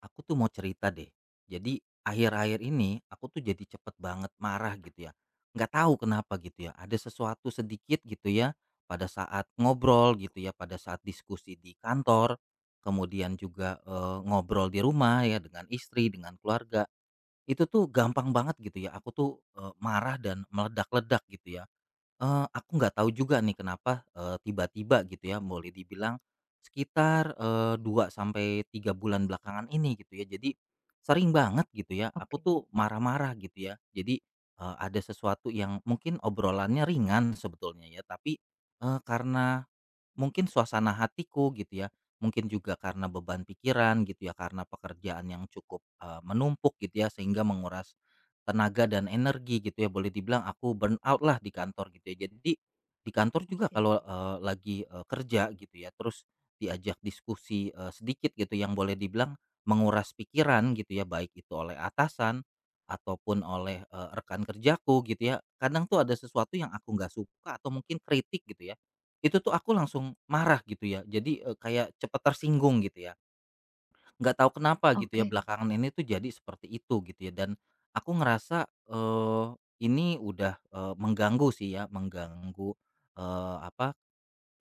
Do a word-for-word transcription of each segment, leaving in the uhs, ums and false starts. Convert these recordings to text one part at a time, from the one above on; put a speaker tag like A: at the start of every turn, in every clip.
A: Aku tuh mau cerita deh. Jadi akhir-akhir ini aku tuh jadi cepet banget marah gitu ya. Nggak tahu kenapa gitu ya. Ada sesuatu sedikit gitu ya pada saat ngobrol gitu ya, pada saat diskusi di kantor, kemudian juga eh, ngobrol di rumah ya dengan istri, dengan keluarga. Itu tuh gampang banget gitu ya. Aku tuh eh, marah dan meledak-ledak gitu ya. Eee, aku nggak tahu juga nih kenapa, eee, tiba-tiba gitu ya boleh dibilang sekitar, eee, dua sampai tiga bulan belakangan ini gitu ya. Jadi sering banget gitu ya aku
B: Oke.
A: tuh marah-marah gitu ya. Jadi, eee, ada sesuatu yang mungkin obrolannya ringan sebetulnya ya, tapi, eee, karena mungkin suasana hatiku gitu ya, mungkin juga karena beban pikiran gitu ya, karena pekerjaan yang cukup, eee, menumpuk gitu ya, sehingga menguras tenaga dan energi gitu ya, boleh dibilang aku burn out lah di kantor gitu ya. Jadi di kantor juga
B: Oke.
A: kalau, eee, lagi, eee, kerja gitu ya, terus diajak diskusi, eee, sedikit gitu yang boleh dibilang menguras pikiran gitu ya, baik itu oleh atasan ataupun oleh, eee, rekan kerjaku gitu ya. Kadang tuh ada sesuatu yang aku nggak suka atau mungkin kritik gitu ya, itu tuh aku langsung marah gitu ya, jadi, eee, kayak cepet tersinggung gitu ya, nggak tahu kenapa gitu ya
B: Oke.
A: belakangan ini tuh jadi seperti itu gitu ya, dan aku ngerasa, eee, ini udah, eee, mengganggu sih ya, mengganggu, eee, apa,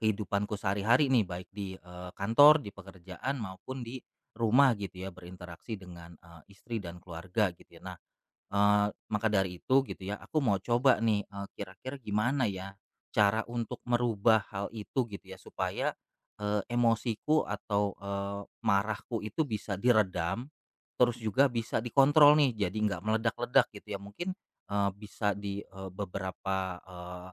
A: kehidupanku sehari-hari nih baik di, eee, kantor, di pekerjaan maupun di rumah gitu ya, berinteraksi dengan, eee, istri dan keluarga gitu ya. Nah, Eee, maka dari itu gitu ya, aku mau coba nih, eee, kira-kira gimana ya cara untuk merubah hal itu gitu ya, supaya, eee, emosiku atau, eee, marahku itu bisa diredam, terus juga bisa dikontrol nih, jadi nggak meledak-ledak gitu ya. Mungkin, eee, bisa di, eee, beberapa, eee,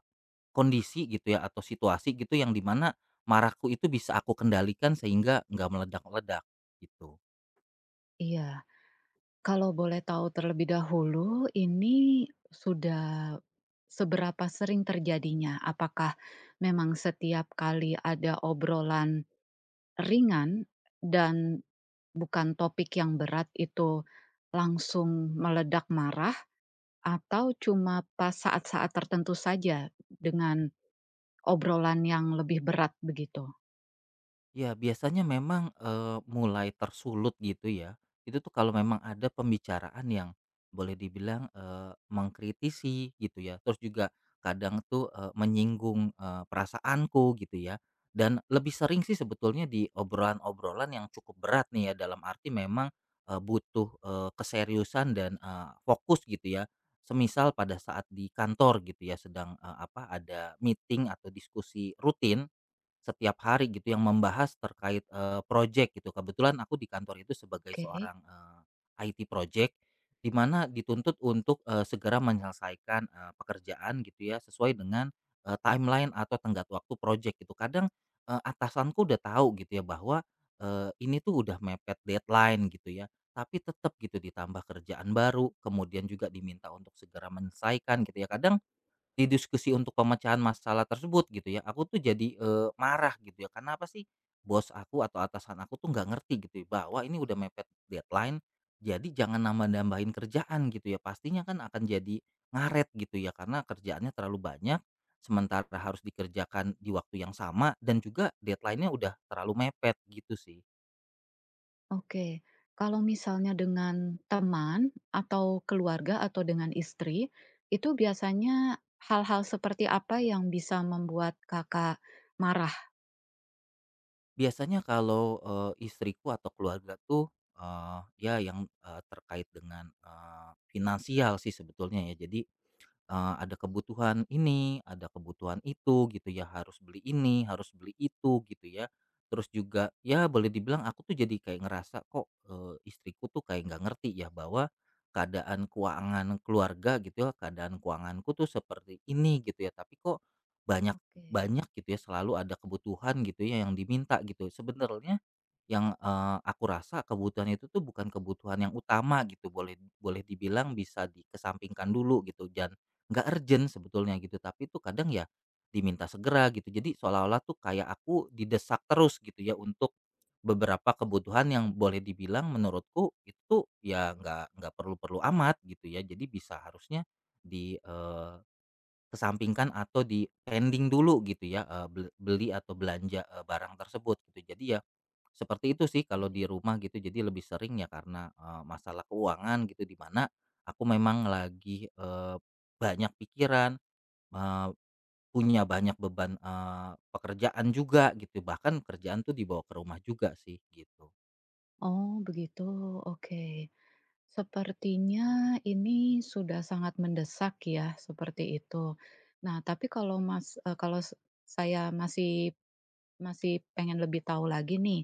A: kondisi gitu ya atau situasi gitu yang dimana marahku itu bisa aku kendalikan sehingga nggak meledak-ledak, gitu.
B: Iya. Kalau boleh tahu terlebih dahulu, ini sudah seberapa sering terjadinya? Apakah memang setiap kali ada obrolan ringan dan bukan topik yang berat itu langsung meledak marah atau cuma pas saat-saat tertentu saja dengan obrolan yang lebih berat begitu?
A: Ya, biasanya memang, eee, mulai tersulut gitu ya, itu tuh kalau memang ada pembicaraan yang boleh dibilang, eee, mengkritisi gitu ya, terus juga kadang tuh, eee, menyinggung, eee, perasaanku gitu ya, dan lebih sering sih sebetulnya di obrolan-obrolan yang cukup berat nih ya, dalam arti memang, eee, butuh, eee, keseriusan dan, eee, fokus gitu ya. Semisal pada saat di kantor gitu ya sedang, eee, apa, ada meeting atau diskusi rutin, setiap hari gitu yang membahas terkait, eee, projek gitu. Kebetulan aku di kantor itu sebagai
B: Oke.
A: seorang, eee, I T project, di mana dituntut untuk, eee, segera menyelesaikan, eee, pekerjaan gitu ya, sesuai dengan, eee, timeline atau tenggat waktu projek gitu. Kadang, eee, atasanku udah tahu gitu ya bahwa, eee, ini tuh udah mepet deadline gitu ya, tapi tetap gitu ditambah kerjaan baru, kemudian juga diminta untuk segera menyelesaikan gitu ya. Kadang di diskusi untuk pemecahan masalah tersebut gitu ya, aku tuh jadi, eee, marah gitu ya, karena apa sih, bos aku atau atasan aku tuh nggak ngerti gitu ya, bahwa ini udah mepet deadline, jadi jangan nambah-nambahin kerjaan gitu ya, pastinya kan akan jadi ngaret gitu ya, karena kerjaannya terlalu banyak, sementara harus dikerjakan di waktu yang sama dan juga deadline-nya udah terlalu mepet gitu sih.
B: Oke, kalau misalnya dengan teman atau keluarga atau dengan istri, itu biasanya hal-hal seperti apa yang bisa membuat Kakak marah?
A: Biasanya kalau, eee, istriku atau keluarga tuh, eee, ya yang, eee, terkait dengan, eee, finansial sih sebetulnya ya, jadi eee, ada kebutuhan ini, ada kebutuhan itu gitu ya, harus beli ini, harus beli itu gitu ya. Terus juga ya boleh dibilang aku tuh jadi kayak ngerasa kok, eee, istriku tuh kayak nggak ngerti ya bahwa keadaan keuangan keluarga gitu ya, keadaan keuanganku tuh seperti ini gitu ya, tapi kok banyak
B: Oke,
A: banyak gitu ya, selalu ada kebutuhan gitu ya yang diminta gitu. Sebenarnya yang, eee, aku rasa kebutuhan itu tuh bukan kebutuhan yang utama gitu, boleh boleh dibilang bisa dikesampingkan dulu gitu dan nggak urgent sebetulnya gitu, tapi itu kadang ya diminta segera gitu. Jadi seolah-olah tuh kayak aku didesak terus gitu ya untuk beberapa kebutuhan yang boleh dibilang menurutku itu ya nggak nggak perlu-perlu amat gitu ya. Jadi bisa harusnya di, kesampingkan atau di-pending dulu gitu ya, eee, bel beli atau belanja, eee, barang tersebut gitu. Jadi ya, seperti itu sih kalau
B: baik.
A: di rumah gitu. Jadi lebih sering ya karena, eee, masalah keuangan gitu di mana aku memang lagi, eee, banyak pikiran, eee, punya banyak beban, eee, pekerjaan juga gitu. Bahkan kerjaan tuh dibawa ke rumah juga sih gitu.
B: Oh, begitu. Oke. Sepertinya ini sudah sangat mendesak ya, seperti itu. Nah, tapi kalau Mas eee, kalau s saya masih masih pengen lebih tahu lagi nih,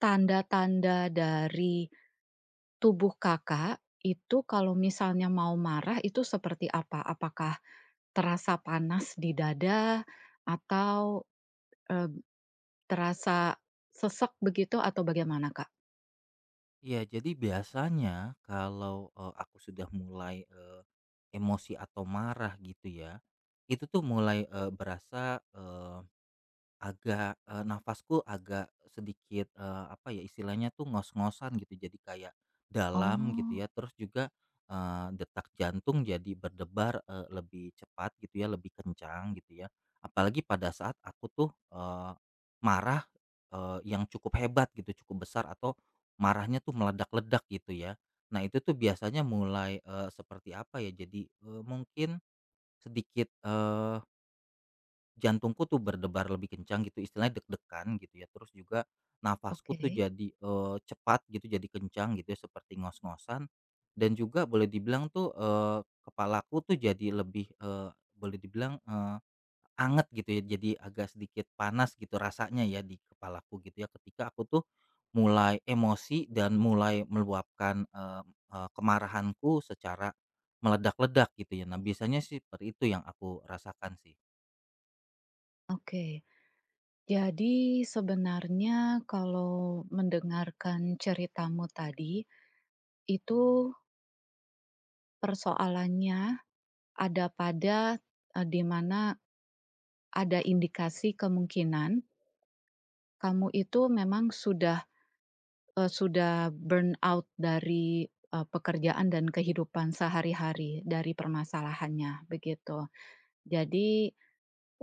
B: tanda-tanda dari tubuh Kakak itu kalau misalnya mau marah itu seperti apa? Apakah terasa panas di dada atau, eee, terasa sesek begitu atau bagaimana, Kak?
A: Iya, jadi biasanya kalau, eee, aku sudah mulai, eee, emosi atau marah gitu ya, itu tuh mulai, eee, berasa, agak, eee, nafasku agak sedikit, eee, apa ya, istilahnya tuh ngos-ngosan gitu, jadi kayak dalam gitu
B: Oh,
A: ya, terus juga, eee, detak jantung jadi berdebar, eee, lebih cepat gitu ya, lebih kencang gitu ya. Apalagi pada saat aku tuh, eee, marah, eee, yang cukup hebat gitu, cukup besar atau marahnya tuh meledak-ledak gitu ya. Nah itu tuh biasanya mulai, eee, seperti apa ya, jadi, eee, mungkin sedikit, jantungku tuh berdebar lebih kencang gitu, istilahnya deg-degan gitu ya, terus juga nafasku
B: oke
A: tuh jadi, eee, cepat gitu, jadi kencang gitu ya, seperti ngos-ngosan, dan juga boleh dibilang tuh, eee, kepalaku tuh jadi lebih, eee, boleh dibilang, eee, anget gitu ya, jadi agak sedikit panas gitu rasanya ya di kepalaku gitu ya, ketika aku tuh mulai emosi dan mulai meluapkan, eee eee, kemarahanku secara meledak-ledak gitu ya. Nah, biasanya sih seperti itu yang aku rasakan sih.
B: oke. Jadi sebenarnya kalau mendengarkan ceritamu tadi, itu persoalannya ada pada, eee, di mana ada indikasi kemungkinan kamu itu memang sudah Eee, sudah burn out dari, eee, pekerjaan dan kehidupan sehari-hari, dari permasalahannya, begitu. Jadi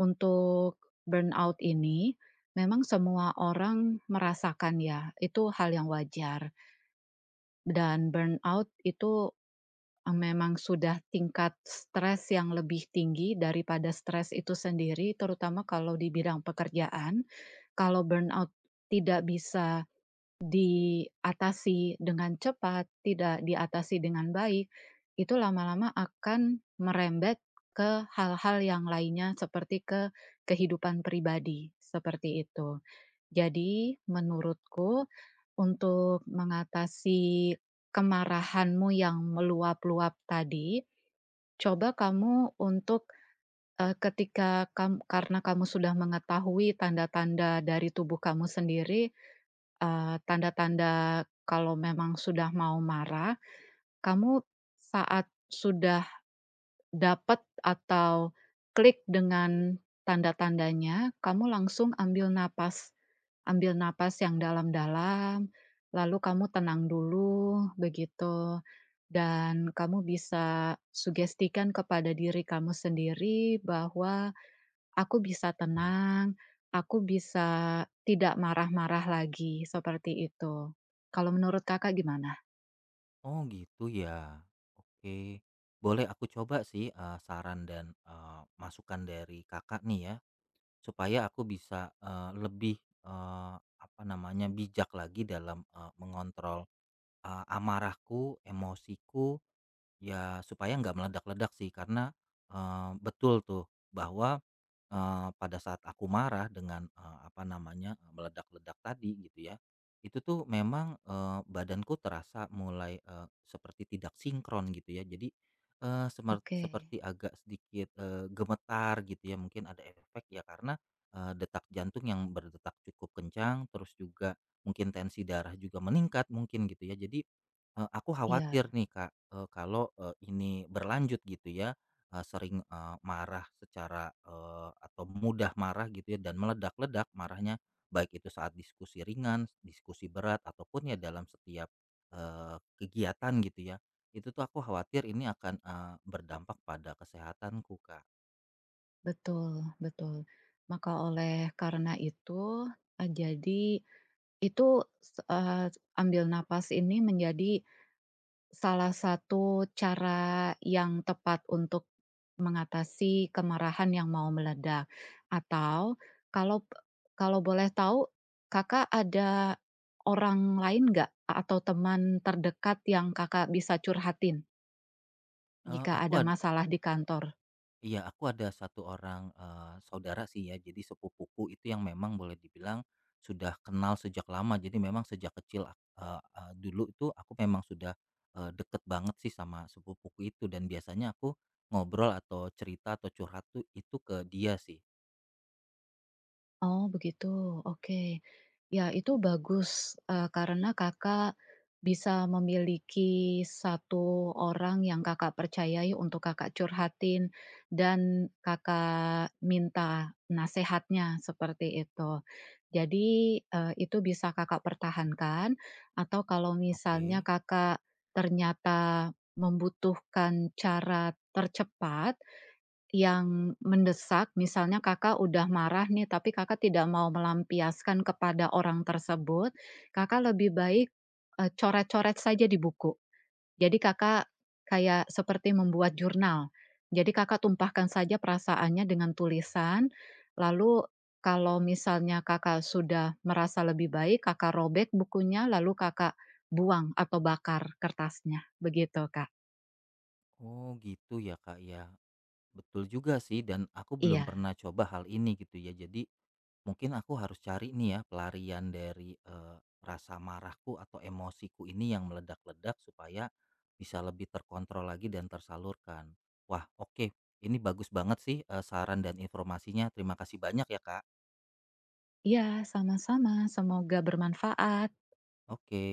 B: untuk burnout ini memang semua orang merasakan ya, itu hal yang wajar. Dan burnout itu, eee, memang sudah tingkat stres yang lebih tinggi daripada stres itu sendiri, terutama kalau di bidang pekerjaan. Kalau burnout tidak bisa diatasi dengan cepat, tidak diatasi dengan baik, itu lama-lama akan merembet ke hal-hal yang lainnya seperti ke kehidupan pribadi, seperti itu. Jadi menurutku untuk mengatasi kemarahanmu yang meluap-luap tadi, coba kamu untuk, eee, ketika kam karena kamu sudah mengetahui tanda-tanda dari tubuh kamu sendiri eee, tanda-tanda kalau memang sudah mau marah, kamu saat sudah dapat atau klik dengan tanda-tandanya, kamu langsung ambil napas. Ambil napas yang dalam-dalam, lalu kamu tenang dulu, begitu. Dan kamu bisa sugestikan kepada diri kamu sendiri bahwa aku bisa tenang, aku bisa tidak marah-marah lagi, seperti itu. Kalau menurut Kakak gimana?
A: Oh gitu ya. Oke. Boleh aku coba sih eh, saran dan eh, masukan dari Kakak nih ya supaya aku bisa eh, lebih eh, apa namanya bijak lagi dalam eh, mengontrol eh, amarahku, emosiku ya supaya nggak meledak-ledak sih, karena eh, betul tuh bahwa Eee, pada saat aku marah dengan, eee, apa namanya, eee, meledak-ledak tadi gitu ya, itu tuh memang, eee, badanku terasa mulai, eee, seperti tidak sinkron gitu ya. Jadi, eee, semert
B: Oke.
A: seperti agak sedikit, eee, gemetar gitu ya, mungkin ada efek ya karena, eee, detak jantung yang berdetak cukup kencang, terus juga mungkin tensi darah juga meningkat mungkin gitu ya. Jadi, eee, aku khawatir
B: Iya,
A: nih Kak, eee, kalau, eee, ini berlanjut gitu ya, eee, sering, eee, marah secara, eee, atau mudah marah gitu ya dan meledak-ledak marahnya, baik itu saat diskusi ringan, diskusi berat ataupun ya dalam setiap, eee, kegiatan gitu ya. Itu tuh aku khawatir ini akan, eee, berdampak pada kesehatanku, Kak.
B: betul betul. Maka oleh karena itu, eee, jadi itu, s eee, ambil napas ini menjadi salah satu cara yang tepat untuk mengatasi kemarahan yang mau meledak atau kalau kalau boleh tahu, Kakak ada orang lain nggak atau teman terdekat yang Kakak bisa curhatin
A: Eee,
B: jika
A: aku
B: ada
A: ad
B: masalah di kantor?
A: Iya, aku ada satu orang eee, saudara sih ya, jadi sepupuku itu yang memang boleh dibilang sudah kenal sejak lama. Jadi memang sejak kecil ak eee eee, dulu itu aku memang sudah, eee, deket banget sih sama sepupuku itu dan biasanya aku ngobrol atau cerita atau curhat tuh itu ke dia sih.
B: Oh begitu, oke. Ya itu bagus, eee, karena Kakak bisa memiliki satu orang yang Kakak percayai untuk Kakak curhatin dan Kakak minta nasehatnya, seperti itu. Jadi, eee, itu bisa Kakak pertahankan atau kalau misalnya
A: Oke.
B: Kakak ternyata membutuhkan cara tercepat, yang mendesak, misalnya Kakak udah marah nih, tapi Kakak tidak mau melampiaskan kepada orang tersebut, Kakak lebih baik, eee, coret-coret saja di buku. Jadi Kakak kayak seperti membuat jurnal. Jadi Kakak tumpahkan saja perasaannya dengan tulisan, lalu kalau misalnya Kakak sudah merasa lebih baik, Kakak robek bukunya, lalu Kakak buang atau bakar kertasnya, begitu Kak.
A: Oh gitu ya, Kak, ya. Betul juga sih dan aku belum
B: Iya.
A: pernah coba hal ini gitu ya. Jadi mungkin aku harus cari nih ya pelarian dari, eee, rasa marahku atau emosiku ini yang meledak-ledak supaya bisa lebih terkontrol lagi dan tersalurkan. Wah, oke, ini bagus banget sih, eee, saran dan informasinya. Terima kasih banyak ya, Kak.
B: Iya, sama-sama, semoga bermanfaat.
A: Oke.